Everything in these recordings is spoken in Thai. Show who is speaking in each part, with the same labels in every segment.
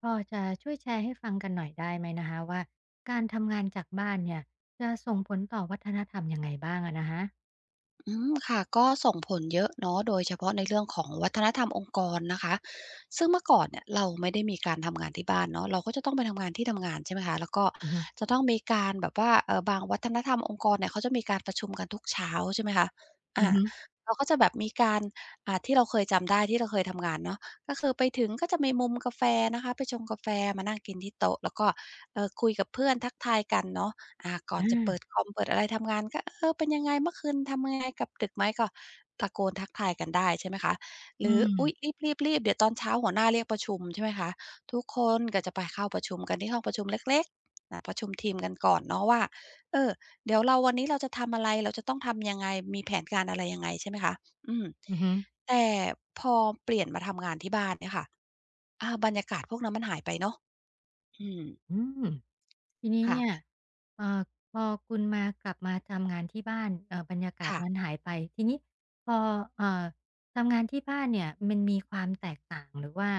Speaker 1: พอจะช่วยแชร์ให้ฟังกันหน่อยได้ไหมนะคะว่าการทำงานจากบ้านเนี่ยจะส่งผลต่อวัฒนธรรมยังไงบ้างอะนะคะ
Speaker 2: ค่ะก็ส่งผลเยอะเนาะโดยเฉพาะในเรื่องของวัฒนธรรมองค์กรนะคะซึ่งเมื่อก่อนเนี่ยเราไม่ได้มีการทำงานที่บ้านเนาะเราก็จะต้องไปทำงานที่ทำงานใช่ไหมคะแล้วก็
Speaker 1: อือฮึ
Speaker 2: จะต้องมีการแบบว่าบางวัฒนธรรมองค์กรเนี่ยเขาจะมีการประชุมกันทุกเช้าใช่ไหมคะ
Speaker 1: อื
Speaker 2: อา
Speaker 1: อฮึ
Speaker 2: เราก็จะแบบมีการที่เราเคยจำได้ที่เราเคยทำงานเนาะก็คือไปถึงก็จะมีมุมกาแฟนะคะไปชงกาแฟมานั่งกินที่โต๊ะแล้วก็คุยกับเพื่อนทักทายกันเนาะ ก่อนจะเปิด
Speaker 1: อา
Speaker 2: คอมเปิดอะไรทำงานก็เป็นยังไงเมื่อคืนทำยังไงกลับดึกไหมก็ตะโกนทักทายกันได้ใช่ไหมคะห
Speaker 1: อื
Speaker 2: รือ
Speaker 1: ม
Speaker 2: อุ๊ยรีบๆๆเดี๋ยวตอนเช้าหัวหน้าเรียกประชุมใช่ไหมคะทุกคนก็จะไปเข้าประชุมกันที่ห้องประชุมเล็กๆประชุมทีมกันก่อนเนาะว่าเออเดี๋ยวเราวันนี้เราจะทำอะไรเราจะต้องทำยังไงมีแผนการอะไรยังไงใช่ไหมคะอืม
Speaker 1: อือฮึ
Speaker 2: แต่พอเปลี่ยนมาทำงานที่บ้านเนี่ยค่ะบรรยากาศพวกนั้นมันหายไปเนาะอืม
Speaker 1: อืม ทีนี้เนี่ย
Speaker 2: ค่ะ
Speaker 1: เอ่อพอคุณมากลับมาทำงานที่บ้านบรรยากาศนั้น
Speaker 2: ค่ะ
Speaker 1: หายไปทีนี้พอเอ่อทำงานที่บ้านเนี่ยมันมีความแตกต่างหรือว่า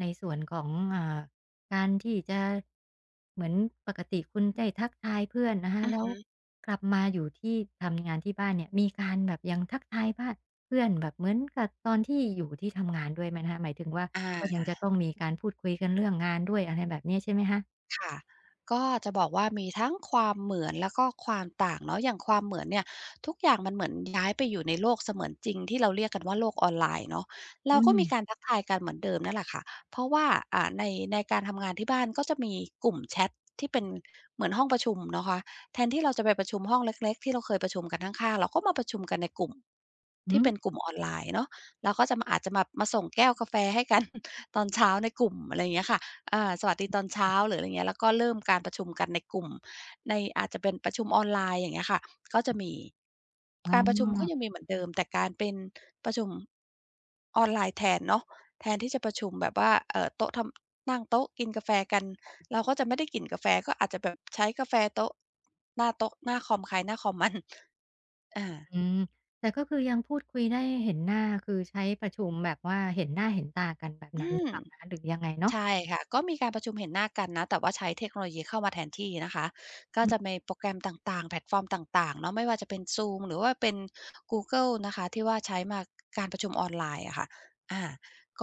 Speaker 1: ในส่วนของอ่าการที่จะเหมือนปกติคุณได้ทักทายเพื่อนนะคะ
Speaker 2: อือ
Speaker 1: แล้ว
Speaker 2: ฮึ
Speaker 1: กลับมาอยู่ที่ทำงานที่บ้านเนี่ยมีการแบบยังทักทายบ้านเพื่อนแบบเหมือนกับตอนที่อยู่ที่ทำงานด้วยไหมนะคะหมายถึงว่า
Speaker 2: อ
Speaker 1: ก็ยัง
Speaker 2: า
Speaker 1: จะต้องมีการฮะ
Speaker 2: ค่ะก็จะบอกว่ามีทั้งความเหมือนแล้วก็ความต่างเนาะอย่างความเหมือนเนี่ยทุกอย่างมันเหมือนย้ายไปอยู่ในโลกเสมือนจริงที่เราเรียกกันว่าโลกออนไลน์เนาะ
Speaker 1: อื
Speaker 2: เราก็
Speaker 1: ม
Speaker 2: มีการทักทายกันเหมือนเดิมนั่นแหละค่ะเพราะว่าอ่าในในการทำงานที่บ้านก็จะมีกลุ่มแชตที่เป็นเหมือนห้องประชุมเนาะคะแทนที่เราจะไปประชุมห้องเล็กๆที่เราเคยประชุมกันข้างๆเราก็มาประชุมกันในกลุ่ม
Speaker 1: หือ
Speaker 2: ที่เป็นกลุ่มออนไลน์เนาะเราก็จะมาอาจจะมาส่งแก้วกาแฟให้กัน ตอนเช้าในกลุ่มอะไรอย่างเงี้ยค่ะ สวัสดีตอนเช้าหรืออะไรเงี้ยแล้วก็เริ่มการประชุมกันในกลุ่มในอาจจะเป็นประชุมออนไลน์อย่างเงี้ยค่ะก็จะมี
Speaker 1: อ๋อ
Speaker 2: การประชุมก็ยังมีเหมือนเดิมแต่การเป็นประชุมออนไลน์แทนเนาะแทนที่จะประชุมแบบว่าโต๊ะทำนั่งโต๊ะกินกาแฟกันเราก็จะไม่ได้กินกาแฟก็อาจจะแบบใช้กาแฟโต๊ะหน้าคอมใครหน้าคอมมัน อา
Speaker 1: อืมแต่ก็คือยังพูดคุยได้เห็นหน้าคือใช้ประชุมแบบว่าเห็นหน้าเห็นตากันแบบนั้น
Speaker 2: อื
Speaker 1: หรือ
Speaker 2: ม
Speaker 1: เปล่าคะหรือยังไงเนาะ
Speaker 2: ใช่ค่ะก็มีการประชุมเห็นหน้ากันนะแต่ว่าใช้เทคโนโลยีเข้ามาแทนที่นะคะก็
Speaker 1: อื
Speaker 2: จะ
Speaker 1: ม
Speaker 2: มีโปรแกรมต่างๆแพลตฟอร์มต่างๆเนาะไม่ว่าจะเป็น Zoom หรือว่าเป็น Google นะคะที่ว่าใช้มาการประชุมออนไลน์อะค่ะอาก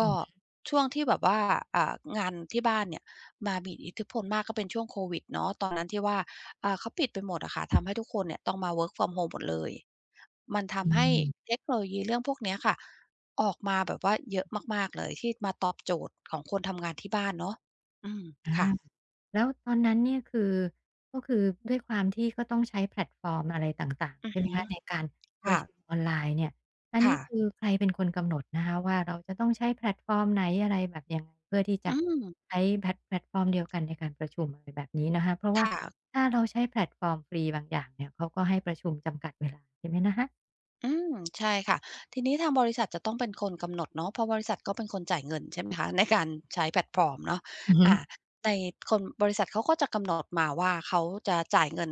Speaker 1: อื
Speaker 2: ็
Speaker 1: อ
Speaker 2: ช่วงที่แบบว่างานที่บ้านเนี่ยมามีอิทธิพลมากก็เป็นช่วงโควิดเนาะตอนนั้นที่ว่าเขาปิดไปหมดอะค่ะทำให้ทุกคนเนี่ยต้องมา work from home หมดเลยมันทำให้เทคโนโลยีเรื่องพวกเนี้ยค่ะ ออกมาแบบว่าเยอะมากๆเลยที่มาตอบโจทย์ของคนทำงานที่บ้านเนาะอืม
Speaker 1: อา
Speaker 2: ค่ะ
Speaker 1: แล้วตอนนั้นเนี่ยคือก็คือด้วยความที่ก็ต้องใช้แพลตฟอร์มอะไรต่าง
Speaker 2: อื
Speaker 1: ๆ
Speaker 2: อ
Speaker 1: ใช่ไหม
Speaker 2: ฮึ
Speaker 1: คะในการประ
Speaker 2: ค่ะ
Speaker 1: ชุมออนไลน์เนี่ยอันนี้
Speaker 2: ค่ะ
Speaker 1: คือใครเป็นคนกำหนดนะคะว่าเราจะต้องใช้แพลตฟอร์มไหนอะไรแบบยังไงเพื่อที่
Speaker 2: อื
Speaker 1: จะ
Speaker 2: ม
Speaker 1: ใช้แพลตฟอร์มเดียวกันในการประชุมอะไรแบบนี้นะคะเพราะว่า
Speaker 2: ค่ะ
Speaker 1: ถ้าเราใช้แพลตฟอร์มฟรีบางอย่างเนี่ยเขาก็ให้ประชุมจำกัดเวลาใช่ไหมนะคะ
Speaker 2: อืมใช่ค่ะทีนี้ทางบริษัทจะต้องเป็นคนกำหนดเนาะเพราะบริษัทก็เป็นคนจ่ายเงินใช่ไหมคะ ในการใช้แพลตฟอร์มเนาะ
Speaker 1: อือฮึ
Speaker 2: อ่าในคนบริษัทเขาก็จะกำหนดมาว่าเขาจะจ่ายเงิน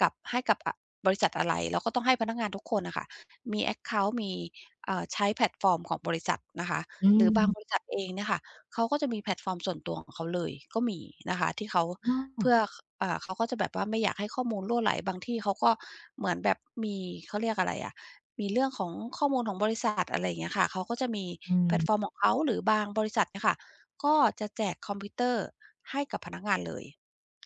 Speaker 2: กับให้กับบริษัทอะไรแล้วก็ต้องให้พนักงานทุกคนน่ะค่ะมีแอ็กเคานต์มีใช้แพลตฟอร์มของบริษัทนะคะ
Speaker 1: อื
Speaker 2: หรือ
Speaker 1: ม
Speaker 2: บางบริษัทเองเนี่ยค่ะเขาก็จะมีแพลตฟอร์มส่วนตัวของเขาเลยก็มีนะคะที่เขา
Speaker 1: อ้อ
Speaker 2: เพื่อคเขาก็จะแบบว่าไม่อยากให้ข้อมูลรั่วไหลบางที่เขาก็เหมือนแบบมีเขาเรียกอะไรอะ มีเรื่องของข้อมูลของบริษัทอะไรอย่างเงี้ยค่ะเขาก็จะมี
Speaker 1: อื
Speaker 2: แพ
Speaker 1: ม
Speaker 2: ลตฟอร์มของเขาหรือบางบริษัทเนี่ยค่ะก็จะแจกคอมพิวเตอร์ให้กับพนักงานเลย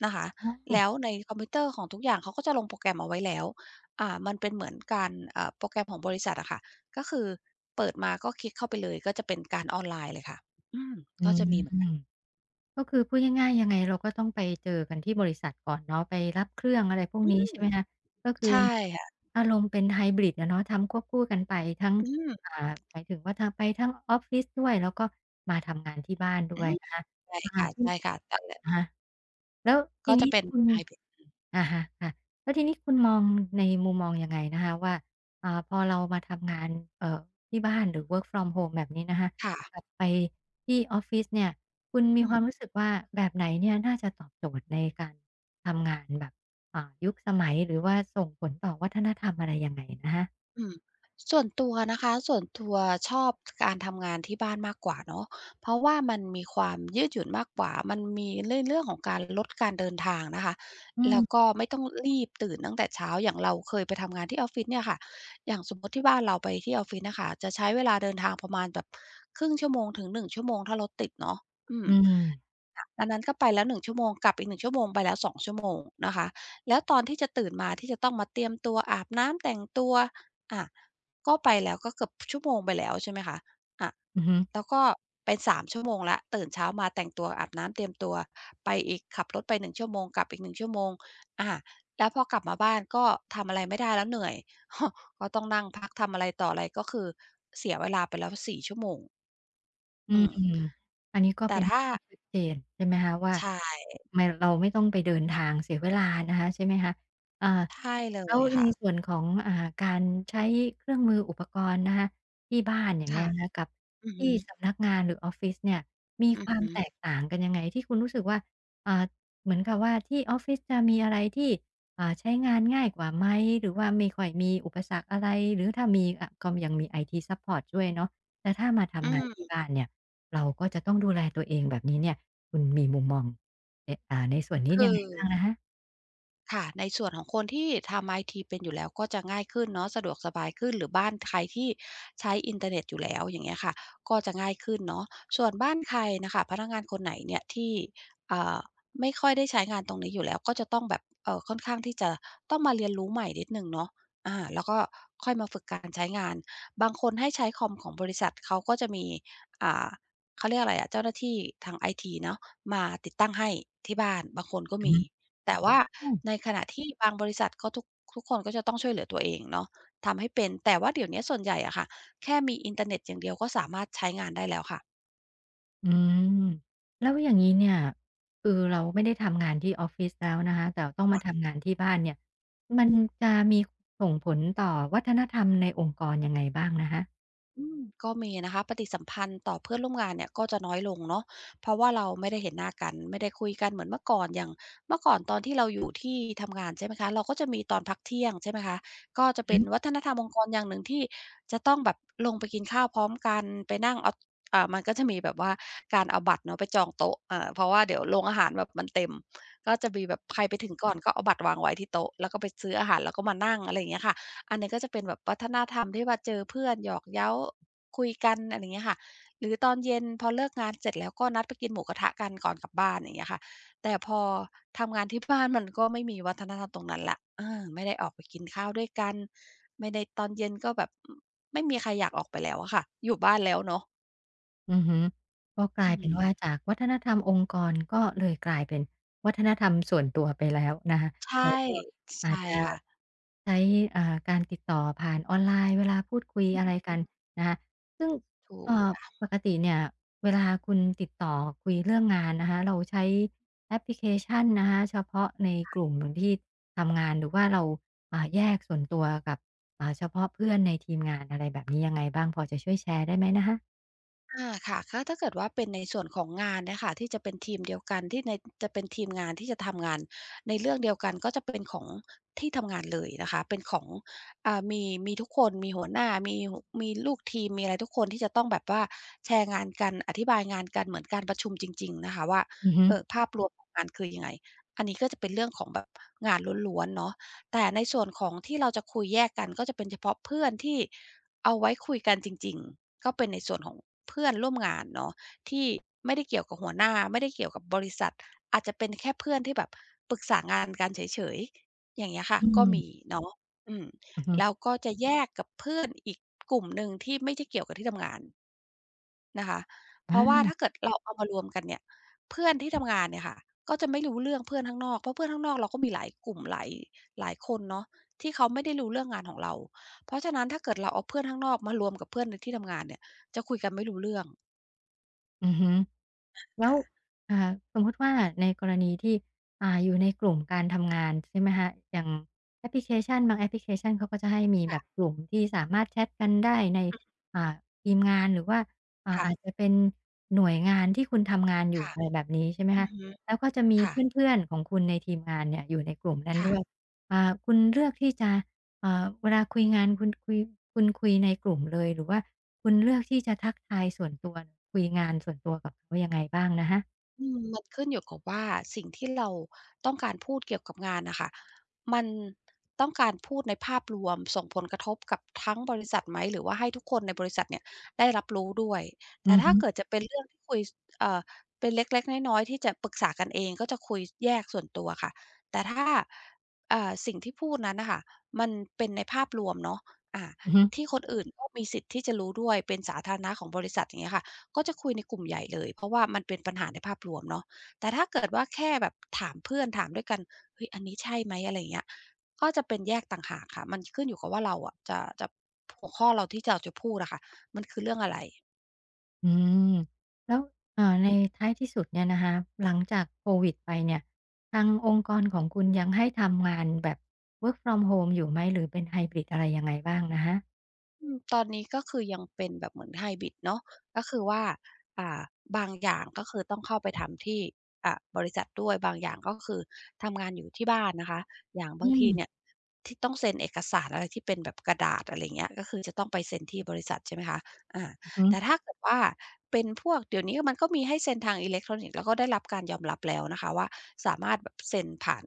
Speaker 2: นะคะ
Speaker 1: อ้อ
Speaker 2: แล้วในคอมพิวเตอร์ของทุกอย่างเขาก็จะลงโปรแกรมเอาไว้แล้วมันเป็นเหมือนการโปรแกรมของบริษัทอะค่ะก็คือเปิดมาก็คลิกเข้าไปเลยก็จะเป็นการออนไลน์เลยค่ะอืม
Speaker 1: อื
Speaker 2: ก็
Speaker 1: ม
Speaker 2: จะมีเหมือนกัน
Speaker 1: ก็คือพูดง่ายๆยังไงเราก็ต้องไปเจอกันที่บริษัทก่อนเนาะไปรับเครื่องอะไรพวก
Speaker 2: อื
Speaker 1: นี้
Speaker 2: ม
Speaker 1: ใช่ไหมคะก็คือ
Speaker 2: ใช่
Speaker 1: เหมือน
Speaker 2: ค่ะ
Speaker 1: อารมณ์เป็นไฮบริดอะเนาะทำควบคู่กันไปทั้ง
Speaker 2: อืม
Speaker 1: อ่าหมายถึงว่าทางไปทั้งออฟฟิศด้วยแล้วก็มาทำงานที่บ้านด้
Speaker 2: อื
Speaker 1: วย
Speaker 2: ม
Speaker 1: นะคะ
Speaker 2: ใช่
Speaker 1: อา
Speaker 2: ค
Speaker 1: ที่
Speaker 2: ่ะๆนั่นแหละ
Speaker 1: อะฮะ แล้วที
Speaker 2: ก็จะ
Speaker 1: นี้
Speaker 2: เป็น
Speaker 1: คุณ
Speaker 2: ไฮบริด
Speaker 1: อาฮะค่ะแล้วทีนี้คุณมองในมุมมองยังไงนะคะว่าพอเรามาทำงานเอ่อที่บ้านหรือ work from home แบบนี้นะคะ
Speaker 2: ค่ะ
Speaker 1: กลับไปที่ออฟฟิศเนี่ยคุณมี
Speaker 2: อื
Speaker 1: ค
Speaker 2: ม
Speaker 1: วามรู้สึกว่าแบบไหนเนี่ยน่าจะตอบโจทย์ในการทำงานแบบยุคสมัยหรือว่าส่งผลต่อวัฒนธรรมอะไรยังไงนะคะ
Speaker 2: อืมส่วนตัวนะคะส่วนตัวชอบการทำงานที่บ้านมากกว่าเนาะเพราะว่ามันมีความยืดหยุ่นมากกว่ามันมีเรื่องของการลดการเดินทางนะคะ
Speaker 1: อืม
Speaker 2: แล้วก็ไม่ต้องรีบตื่นตั้งแต่เช้าอย่างเราเคยไปทำงานที่ออฟฟิศเนี่ยค่ะอย่างสมมติที่บ้านเราไปที่ออฟฟิศน่ะค่ะจะใช้เวลาเดินทางประมาณแบบครึ่งชั่วโมงถึงหนึ่งชั่วโมงถ้ารถติดเนาะอืม
Speaker 1: อืม
Speaker 2: ค่ะอันนั้นก็ไปแล้วหนึ่งชั่วโมงกลับอีกหนึ่งชั่วโมงไปแล้วสองชั่วโมงนะคะแล้วตอนที่จะตื่นมาที่จะต้องมาเตรียมตัวอาบน้ำแต่งตัว อะก็ไปแล้วก็เกือบชั่วโมงไปแล้วใช่ไหมคะอะ
Speaker 1: อือฮึ
Speaker 2: แล้วก็เป็น3ชั่วโมงแล้วตื่นเช้ามาแต่งตัวอาบน้ำเตรียมตัวไปอีกขับรถไป1ชั่วโมงกลับอีกหนึ่งชั่วโมงอาแล้วพอกลับมาบ้านก็ทำอะไรไม่ได้แล้วเหนื่อย ก็ต้องนั่งพักทำอะไรต่ออะไรก็คือเสียเวลาไปแล้วสี่ชั่วโมง
Speaker 1: อื
Speaker 2: อื
Speaker 1: ม
Speaker 2: ม
Speaker 1: อันนี้ก็
Speaker 2: แต่
Speaker 1: เป็นเรื่อ
Speaker 2: ถ้า
Speaker 1: งที่ชัดเจนใช่ไหมคะว่า
Speaker 2: ใช่
Speaker 1: ทำไมเราไม่ต้องไปเดินทางเสียเวลานะคะใช่ไหมคะอ่า
Speaker 2: ใช่เล
Speaker 1: แล้ว
Speaker 2: ย
Speaker 1: ใน
Speaker 2: ค่ะ
Speaker 1: ส่วนของการใช้เครื่องมืออุปกรณ์นะคะที่บ้านอย่างเงี้ย
Speaker 2: ค่ะ
Speaker 1: นะคะกับ
Speaker 2: อือ
Speaker 1: ที่
Speaker 2: ฮึ
Speaker 1: สำนักงานหรือออฟฟิศเนี่ยมี
Speaker 2: อื
Speaker 1: ค
Speaker 2: อ
Speaker 1: วาม
Speaker 2: ฮึ
Speaker 1: แตกต่างกันยังไงที่คุณรู้สึกว่าอ่าเหมือนกับว่าที่ออฟฟิศจะมีอะไรที่ใช้งานง่ายกว่าไหมหรือว่าไม่ค่อยมีอุปสรรคอะไรหรือถ้ามีอะก็ยังมี IT ซัปพอร์ตช่วยเนาะแต่ถ้ามา
Speaker 2: อื
Speaker 1: ทำงานที่
Speaker 2: ม
Speaker 1: บ้านเนี่ย เราก็จะต้องดูแลตัวเองแบบนี้เนี่ยคุณมีมุมมองเออ่าในส่วนนี้ยั
Speaker 2: คื
Speaker 1: ง
Speaker 2: อ
Speaker 1: ไงบ้างนะคะ
Speaker 2: ค่ะในส่วนของคนที่ทำไอทีเป็นอยู่แล้วก็จะง่ายขึ้นเนาะสะดวกสบายขึ้นหรือบ้านใครที่ใช้อินเทอร์เน็ตอยู่แล้วอย่างเงี้ยค่ะก็จะง่ายขึ้นเนาะส่วนบ้านใครน่ะค่ะพนักงานคนไหนเนี่ยที่อ่าไม่ค่อยได้ใช้งานตรงนี้อยู่แล้วก็จะต้องแบบค่อนข้างที่จะต้องมาเรียนรู้ใหม่นิดหนึ่งเนาะแล้วก็ค่อยมาฝึกการใช้งานบางคนให้ใช้คอมของบริษัทเขาก็จะมีอ่าเขาเรียกอะไรอะเจ้าหน้าที่ทางไอทีเนาะมาติดตั้งให้ที่บ้านบางคนก็
Speaker 1: อือ
Speaker 2: มี
Speaker 1: ฮึ
Speaker 2: แต่ว่าในขณะที่บางบริษัทก็ทุกคนก็จะต้องช่วยเหลือตัวเองเนาะทำให้เป็นแต่ว่าเดี๋ยวเนี้ยส่วนใหญ่อะค่ะแค่มีอินเทอร์เน็ตอย่างเดียวก็สามารถใช้งานได้แล้วค่ะ
Speaker 1: อืมแล้วอย่างงี้เนี่ยคือเราไม่ได้ทำงานที่ออฟฟิศแล้วนะคะแต่ต้องมาทำงานที่บ้านเนี่ยมันจะมีส่งผลต่อวัฒนธรรมในองค์กรยังไงบ้างนะคะ
Speaker 2: อืมก็มีนะคะปฏิสัมพันธ์ต่อเพื่อนร่วมงานเนี่ยก็จะน้อยลงเนาะเพราะว่าเราไม่ได้เห็นหน้ากันไม่ได้คุยกันเหมือนเมื่อก่อนอย่างเมื่อก่อนตอนที่เราอยู่ที่ทำงานใช่ไหมคะเราก็จะมีตอนพักเที่ยงใช่ไหมคะก็จะเป็นวัฒนธรรมองค์กรอย่างหนึ่งที่จะต้องแบบลงไปกินข้าวพร้อมกันไปนั่งเอามันก็จะมีแบบว่าการเอาบัตรเนาะไปจองโต๊ะเพราะว่าเดี๋ยวโรงอาหารแบบมันเต็มก็จะมีแบบใครไปถึงก่อนก็เอาบัตรวางไว้ที่โต๊ะแล้วก็ไปซื้ออาหารแล้วก็มานั่งอะไรอย่างเงี้ยค่ะ อันนี้ก็จะเป็นแบบวัฒนธรรมที่ว่าเจอเพื่อนหยอกเย้าคุยกันอะไรอย่างเงี้ยค่ะหรือตอนเย็นพอเลิกงานเสร็จแล้วก็นัดไปกินหมูกระทะกันก่อนกลับบ้านอย่างเงี้ยค่ะแต่พอทำงานที่บ้านมันก็ไม่มีวัฒนธรรมตรงนั้นละเออไม่ได้ออกไปกินข้าวด้วยกันไม่ได้ตอนเย็นก็แบบไม่มีใครอยากออกไปแล้วอะค่ะอยู่บ้านแล้วเนาะ
Speaker 1: อือฮึก็กลา
Speaker 2: อื
Speaker 1: ยเป็น
Speaker 2: ม
Speaker 1: ว่าจากวัฒนธรรมองค์กรก็เลยกลายเป็นวัฒนธรรมส่วนตัวไปแล้วนะคะ
Speaker 2: ใช่
Speaker 1: แล้วก็อา
Speaker 2: ใช่
Speaker 1: จจะ
Speaker 2: ค่ะ
Speaker 1: ใช้การติดต่อผ่านออนไลน์เวลาพูดคุยอะไรกันนะคะซึ่ง
Speaker 2: ถู
Speaker 1: เอ่
Speaker 2: ก
Speaker 1: อปกติเนี่ยเวลาคุณติดต่อคุยเรื่องงานนะคะเราใช้แอปพลิเคชันนะคะเฉพาะในกลุ่มที่ทำงานหรือว่าเราแยกส่วนตัวกับเฉพาะเพื่อนในทีมงานอะไรแบบนี้ยังไงบ้างพอจะช่วยแชร์ได้ไหมนะคะ
Speaker 2: อาค่ะก็ถ้าเกิดว่าเป็นในส่วนของงานเนะคะที่จะเป็นทีมเดียวกันที่ในจะเป็นทีมงานที่จะทำงานในเรื่องเดียวกันก็จะเป็นของที่ทำงานเลยนะคะเป็นของอ่ามีทุกคนมีหัวหน้ามีลูกทีมมีอะไรทุกคนที่จะต้องแบบว่าแชร์งานกันอธิบายงานกันเหมือนการประชุมจริงๆนะคะว่า
Speaker 1: อือฮึ
Speaker 2: เออภาพรวมของงานคือยังไงอันนี้ก็จะเป็นเรื่องของแบบงานล้วนๆเนาะแต่ในส่วนของที่เราจะคุยแยกกันก็จะเป็นเฉพาะเพื่อนที่เอาไว้คุยกันจริงๆ ก็เป็นในส่วนของเพื่อนร่วมงานเนาะที่ไม่ได้เกี่ยวกับหัวหน้าไม่ได้เกี่ยวกับบริษัทอาจจะเป็นแค่เพื่อนที่แบบปรึกษางานกันเฉยๆอย่างเงี้ยค่ะ
Speaker 1: อื
Speaker 2: ก็มี
Speaker 1: ม
Speaker 2: เนาะอืม
Speaker 1: อือฮึ
Speaker 2: แล้วก็จะแยกกับเพื่อนอีกกลุ่มหนึ่งที่ไม่ได้เกี่ยวกับที่ทำงาน นะคะเพราะว่า
Speaker 1: อา
Speaker 2: ถ้าเกิดเราเอามารวมกันเนี่ยเพื่อนที่ทำงานเนี่ยค่ะก็จะไม่รู้เรื่องเพื่อนข้างนอกเพราะเพื่อนข้างนอกเราก็มีหลายกลุ่มหลายคนเนาะที่เขาไม่ได้รู้เรื่องงานของเราเพราะฉะนั้นถ้าเกิดเราเอาเพื่อนข้างนอกมารวมกับเพื่อนในที่ทำงานเนี่ยจะคุยกันไม่รู้เรื่อง
Speaker 1: อือฮึแล้วอ่าสมมุติว่าในกรณีที่อยู่ในกลุ่มการทำงานใช่ไหมครอย่างแอปพลิเคชันบางแอปพลิเคชันเขาก็จะให้มีแบ
Speaker 2: ค่ะ
Speaker 1: บกลุ่มที่สามารถแชตกันได้ใน
Speaker 2: อืม
Speaker 1: อ่าทีมงานหรือว่าอาจ
Speaker 2: ค่ะ
Speaker 1: จะเป็นหน่วยงานที่คุณทำงานอยู่
Speaker 2: ค่ะ
Speaker 1: อะไรแบบนี้ใช่ไหม
Speaker 2: อื
Speaker 1: คะ
Speaker 2: อฮึ
Speaker 1: แล้วก็จะมีเ
Speaker 2: ค่ะ
Speaker 1: พื่อนๆของคุณในทีมงานเนี่ยอยู่ในกลุ่มนั้นด้วย
Speaker 2: ค่ะ
Speaker 1: อ่าคุณเลือกที่จะ เวลาคุยงานคุณคุยคุณคุยในกลุ่มเลยหรือว่าคุณเลือกที่จะทักทายส่วนตัวคุยงานส่วนตัวกับเขายังไงบ้างนะคะ
Speaker 2: มันขึ้นอยู่กับว่าสิ่งที่เราต้องการพูดเกี่ยวกับงานน่ะค่ะมันต้องการพูดในภาพรวมส่งผลกระทบกับทั้งบริษัทไหมหรือว่าให้ทุกคนในบริษัทเนี่ยได้รับรู้ด้วยแต่
Speaker 1: อือ
Speaker 2: ถ้า
Speaker 1: ฮึ
Speaker 2: เกิดจะเป็นเรื่องที่คุยสเอ่อเป็นเล็กๆน้อยๆที่จะปรึกษากันเองก็จะคุยแยกส่วนตัวค่ะแต่ถ้าสิ่งที่พูดนั้นน่ะค่ะมันเป็นในภาพรวมเนาะอ่า
Speaker 1: อือฮึ
Speaker 2: ที่คนอื่นก็มีสิทธิ์ที่จะรู้ด้วยเป็นสาธารณะของบริษัทอย่างเงี้ยค่ะ ก็จะคุยในกลุ่มใหญ่เลยเพราะว่ามันเป็นปัญหาในภาพรวมเนาะแต่ถ้าเกิดว่าแค่แบบถามเพื่อนถามด้วยกันเฮ้ยอันนี้ใช่ไหมอะไรอย่างเงี้ยก็จะเป็นแยกต่างหากค่ะมันขึ้นอยู่กับว่าเราอะจะหัวข้อเราที่เราจะพูดอะค่ะมันคือเรื่องอะไร
Speaker 1: อืมแล้วในท้ายที่สุดเนี่ยนะคะหลังจากโควิดไปเนี่ยทางองค์กรของคุณยังให้ทำงานแบบ work from home อยู่ไหมหรือเป็นไฮบริดอะไรยังไงบ้างนะคะ
Speaker 2: ตอนนี้ก็คือยังเป็นแบบเหมือนไฮบริดเนาะก็คือว่าอ่าบางอย่างก็คือต้องเข้าไปทำที่อ่าบริษัทด้วยบางอย่างก็คือทำงานอยู่ที่บ้านนะคะอย่าง
Speaker 1: อื
Speaker 2: บาง
Speaker 1: ม
Speaker 2: ทีเนี่ยที่ต้องเซ็นเอกสารอะไรที่เป็นแบบกระดาษอะไรเงี้ยก็คือจะต้องไปเซ็นที่บริษัทใช่ไหมคะอา
Speaker 1: อือฮึ
Speaker 2: แต่ถ้าเกิดว่าเป็นพวกเดี๋ยวนี้มันก็มีให้เซ็นทางอิเล็กทรอนิกส์แล้วก็ได้รับการยอมรับแล้วนะคะว่าสามารถแบบเซ็นผ่าน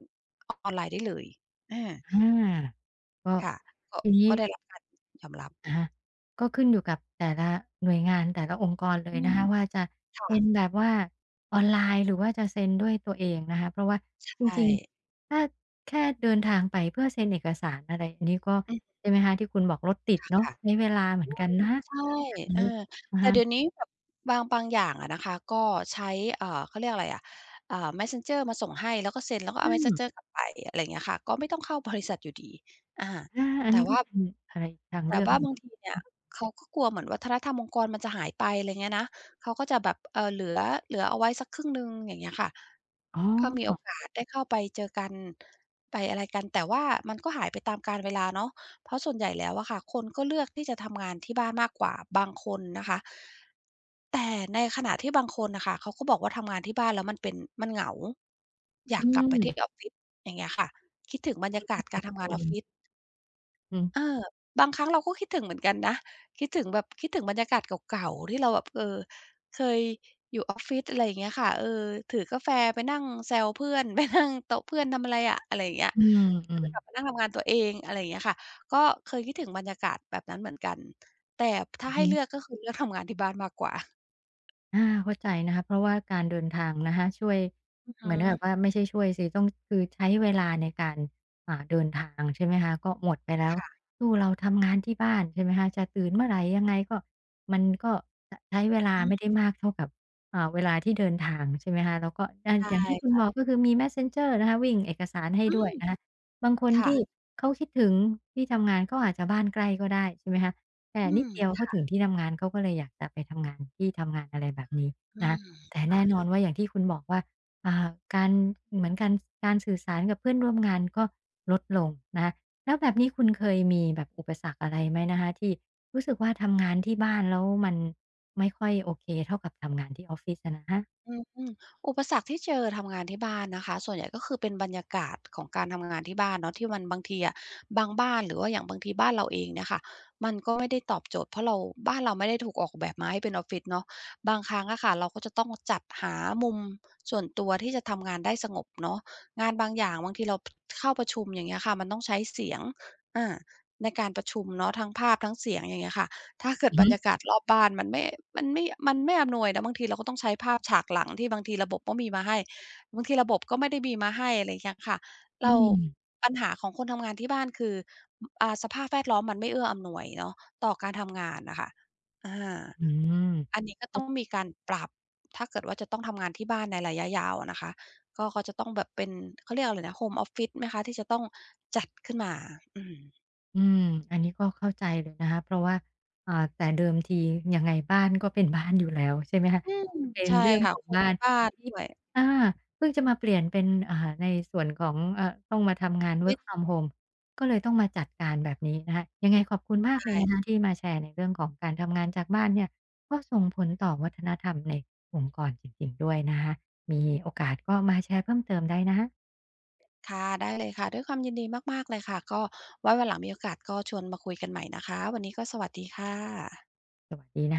Speaker 2: ออนไลน์ได้เลยอา
Speaker 1: อาก็
Speaker 2: ค่ะก็
Speaker 1: ทีนี้
Speaker 2: ก็ได้รับการยอมรับ
Speaker 1: นะคะก็ขึ้นอยู่กับแต่ละหน่วยงานแต่ละองค์กรเล
Speaker 2: อื
Speaker 1: ย
Speaker 2: ม
Speaker 1: นะคะว่าจะเซ็นแบ
Speaker 2: ค่ะ
Speaker 1: บว่าออนไลน์หรือว่าจะเซ็นด้วยตัวเองนะคะเพราะว่า
Speaker 2: ใช
Speaker 1: จ
Speaker 2: ่
Speaker 1: ริงๆถ้าแค่เดินทางไปเพื่อเซ็นเอกสารอะไรอันนี้ก็
Speaker 2: อืม
Speaker 1: ใช่ไหมคะที่คุณบอกรถติดเนาะ
Speaker 2: ค่ะ
Speaker 1: ใช้เวลาเหมือนกันนะคะ
Speaker 2: ๆใช่
Speaker 1: แบบ
Speaker 2: เออ
Speaker 1: นี้อะ
Speaker 2: แต่
Speaker 1: ฮะ
Speaker 2: เดี๋ยวนี้แบบบางอย่างอะนะคะก็ใช้เขาเรียกอะไรอะอ่า Messenger มาส่งให้แล้วก็เซ็นแล้วก็
Speaker 1: อื
Speaker 2: เอา
Speaker 1: ม
Speaker 2: Messenger กลับไปอะไรอย่างเงี้ยค่ะก็ไม่ต้องเข้าบริษัทอยู่ดีอา
Speaker 1: อาอัน
Speaker 2: แต่
Speaker 1: นี้ก็
Speaker 2: ว่า
Speaker 1: เป็นอะไรอีกทางเลื
Speaker 2: แต่
Speaker 1: อกห
Speaker 2: ว่า
Speaker 1: นึ่ง
Speaker 2: บางทีเนี่ยเขาก็กลัวเหมือนวัฒนธรรมองค์กรมันจะหายไปอะไรเงี้ยนะเขาก็จะแบบเหลือเอาไว้สัก1/2อย่างเงี้ยค่ะ
Speaker 1: อ๋
Speaker 2: ก็มีโอ
Speaker 1: อ
Speaker 2: กาสได้เข้าไปเจอกันไปอะไรกันแต่ว่ามันก็หายไปตามกาลเวลาเนาะ เพราะส่วนใหญ่แล้วอะค่ะคนก็เลือกที่จะทำงานที่บ้านมากกว่าบางคนนะคะแต่ในขณะที่บางคนน่ะค่ะเขาก็บอกว่าทำงานที่บ้านแล้วมันเหงาอ
Speaker 1: อื
Speaker 2: ยากกลับไป
Speaker 1: ม
Speaker 2: ที่ออฟฟิศอย่างเงี้ยค่ะคิดถึงบรรยากา
Speaker 1: แล้ว
Speaker 2: ศ
Speaker 1: แต่
Speaker 2: การทำ
Speaker 1: ค
Speaker 2: งานอ
Speaker 1: น
Speaker 2: อฟฟิศ
Speaker 1: อื
Speaker 2: เออ
Speaker 1: ม
Speaker 2: บางครั้งเราก็คิดถึงเหมือนกันนะคิดถึงแบบคิดถึงบรรยากาศเก่าๆที่เราแบบเออเคยอยู่ออฟฟิศอะไรอย่างเงี้ยค่ะเออถือกาแฟไปนั่งแซวเพื่อน ไปนั่งโต๊ะเพื่อนทำอะไรอะอะไรอย่างเงี้ย
Speaker 1: อื
Speaker 2: แล้ว
Speaker 1: ม
Speaker 2: ก็
Speaker 1: ๆ
Speaker 2: กลับมานั่งทำงานตัวเองอะไรอย่างเงี้ยค่ะก็เคยคิดถึงบรรยากาศแบบนั้นเหมือนกันแต่ถ้า
Speaker 1: อือ
Speaker 2: ให้
Speaker 1: ฮึ
Speaker 2: เลือกก็คือเลือกทำงานที่บ้านมากกว่า
Speaker 1: อาเข้าใจนะคะเพราะว่าการเดินทางนะคะช่วย
Speaker 2: อือ
Speaker 1: เห
Speaker 2: ฮึ
Speaker 1: มือนกับว่าไม่ใช่ช่วยสิต้องคือใช้เวลาในการเดินทางใช่ไหมคะก็หมดไปแล้ว
Speaker 2: ค่ะ
Speaker 1: สู้เราทำงานที่บ้านใช่ไหมคะจะตื่นเมื่อไหร่ยังไงก็มันก็ชใช้เวลา
Speaker 2: อื
Speaker 1: ไม่ได้
Speaker 2: ม
Speaker 1: มากเท่ากับเวลาที่เดินทางใช่ไหมคะแล้วก็
Speaker 2: ใช
Speaker 1: อย่างที่คุณ
Speaker 2: ่
Speaker 1: บอกก็คือมี Messenger นะคะวิ่งเอกสารให้
Speaker 2: อื
Speaker 1: ด้ว
Speaker 2: ม
Speaker 1: ยนะคะบางคน
Speaker 2: ค่ะ
Speaker 1: ที่เขาคิดถึงที่ทำงานเขาอาจจะบ้านใกล้ก็ได้ใช่ไหมคะ แต่
Speaker 2: อื
Speaker 1: นิด
Speaker 2: ม
Speaker 1: เดียวเขาถึงที่ทำงานเขาก็เลยอยากจะไปทำงานที่ทำงานอะไรแบบนี้
Speaker 2: อื
Speaker 1: นะคะ
Speaker 2: ม
Speaker 1: แต่แน่นอ
Speaker 2: ค่ะ
Speaker 1: นว่าอย่างที่คุณบอกว่าอ่าการเหมือนการสื่อสารกับเพื่อนร่วมงานก็ลดลงนะคะแล้วแบบนี้คุณเคยมีแบบอุปสรรคอะไรไหมนะคะที่รู้สึกว่าทำงานที่บ้านแล้วมันไม่ค่อยโอเคเท่ากับทำงานที่ออฟฟิศอะนะคะ
Speaker 2: อืมอมอุปสรรคที่เจอทำงานที่บ้านนะคะส่วนใหญ่ก็คือเป็นบรรยากาศของการทำงานที่บ้านเนาะที่มันบางทีอะบางบ้านหรือว่าอย่างบางทีบ้านเราเองเนี่ยค่ะมันก็ไม่ได้ตอบโจทย์เพราะเราบ้านเราไม่ได้ถูกออกแบบมาให้เป็นออฟฟิศเนาะบางครั้งอะค่ะเราก็จะต้องจัดหามุมส่วนตัวที่จะทำงานได้สงบเนาะงานบางอย่างบางทีเราเข้าประชุมอย่างเงี้ยค่ะมันต้องใช้เสียงอาในการประชุมเนาะทั้งภาพทั้งเสียงอย่างเงี้ยค่ะ ถ้าเกิด
Speaker 1: อือ
Speaker 2: บร
Speaker 1: ฮึ
Speaker 2: รยากาศรอบบ้านมันไม่มันไม่มันไม่อำนวยนะบางทีเราก็ต้องใช้ภาพฉากหลังที่บางทีระบบก็มีมาให้บางทีระบบก็ไม่ได้มีมาให้อะไรอย่างเงี้ยค่ะ
Speaker 1: อื
Speaker 2: เรา
Speaker 1: ม
Speaker 2: ปัญหาของคนทำงานที่บ้านคืออ่าสภาพแวดล้อมมันไม่เอื้ออำนวยเนาะต่อการทำงานน่ะค่ะอา
Speaker 1: อืม
Speaker 2: อันนี้ก็ต้องมีการปรับถ้าเกิดว่าจะต้องทำงานที่บ้านในระยะยาวอะนะคะก็จะต้องแบบเป็นเขาเรียกอะไรนะ Home Office ไหมคะที่จะต้องจัดขึ้นมาอืม
Speaker 1: อืมอันนี้ก็เข้าใจเลยนะคะเพราะว่าแต่เดิมทียังไงบ้านก็เป็นบ้านอยู่แล้วใช่ไหมคะ
Speaker 2: อืม
Speaker 1: เป็น
Speaker 2: ใช่
Speaker 1: เรื่อง
Speaker 2: ค่ะ
Speaker 1: ของ
Speaker 2: คน
Speaker 1: บ้า
Speaker 2: ใน
Speaker 1: น
Speaker 2: บ้าน
Speaker 1: ทีนี้
Speaker 2: ด้วยออ
Speaker 1: อาเพิ่งจะมาเปลี่ยนเป็นในส่วนของต้องมาทำงา
Speaker 2: ฟ
Speaker 1: น
Speaker 2: ฟิ
Speaker 1: work
Speaker 2: ศ
Speaker 1: from home ก็เลยต้องมาจัดการแบบนี้นะคะยังไงขอบคุณมากเลย
Speaker 2: ช่
Speaker 1: นะคะที่มาแชร์ในเรื่องของการทำงานจากบ้านเนี่ยก็ส่งผลต่อวัฒนธรรมในองค์กรจริงๆด้วยนะคะมีโอกาสก็มาแชร์เพิ่มเติมได้นะคะ
Speaker 2: ค่ะได้เลยค่ะด้วยความยินดีมากๆเลยค่ะก็ไว้วันหลังมีโอกาสก็ชวนมาคุยกันใหม่นะคะวันนี้ก็สวัสดีค่ะ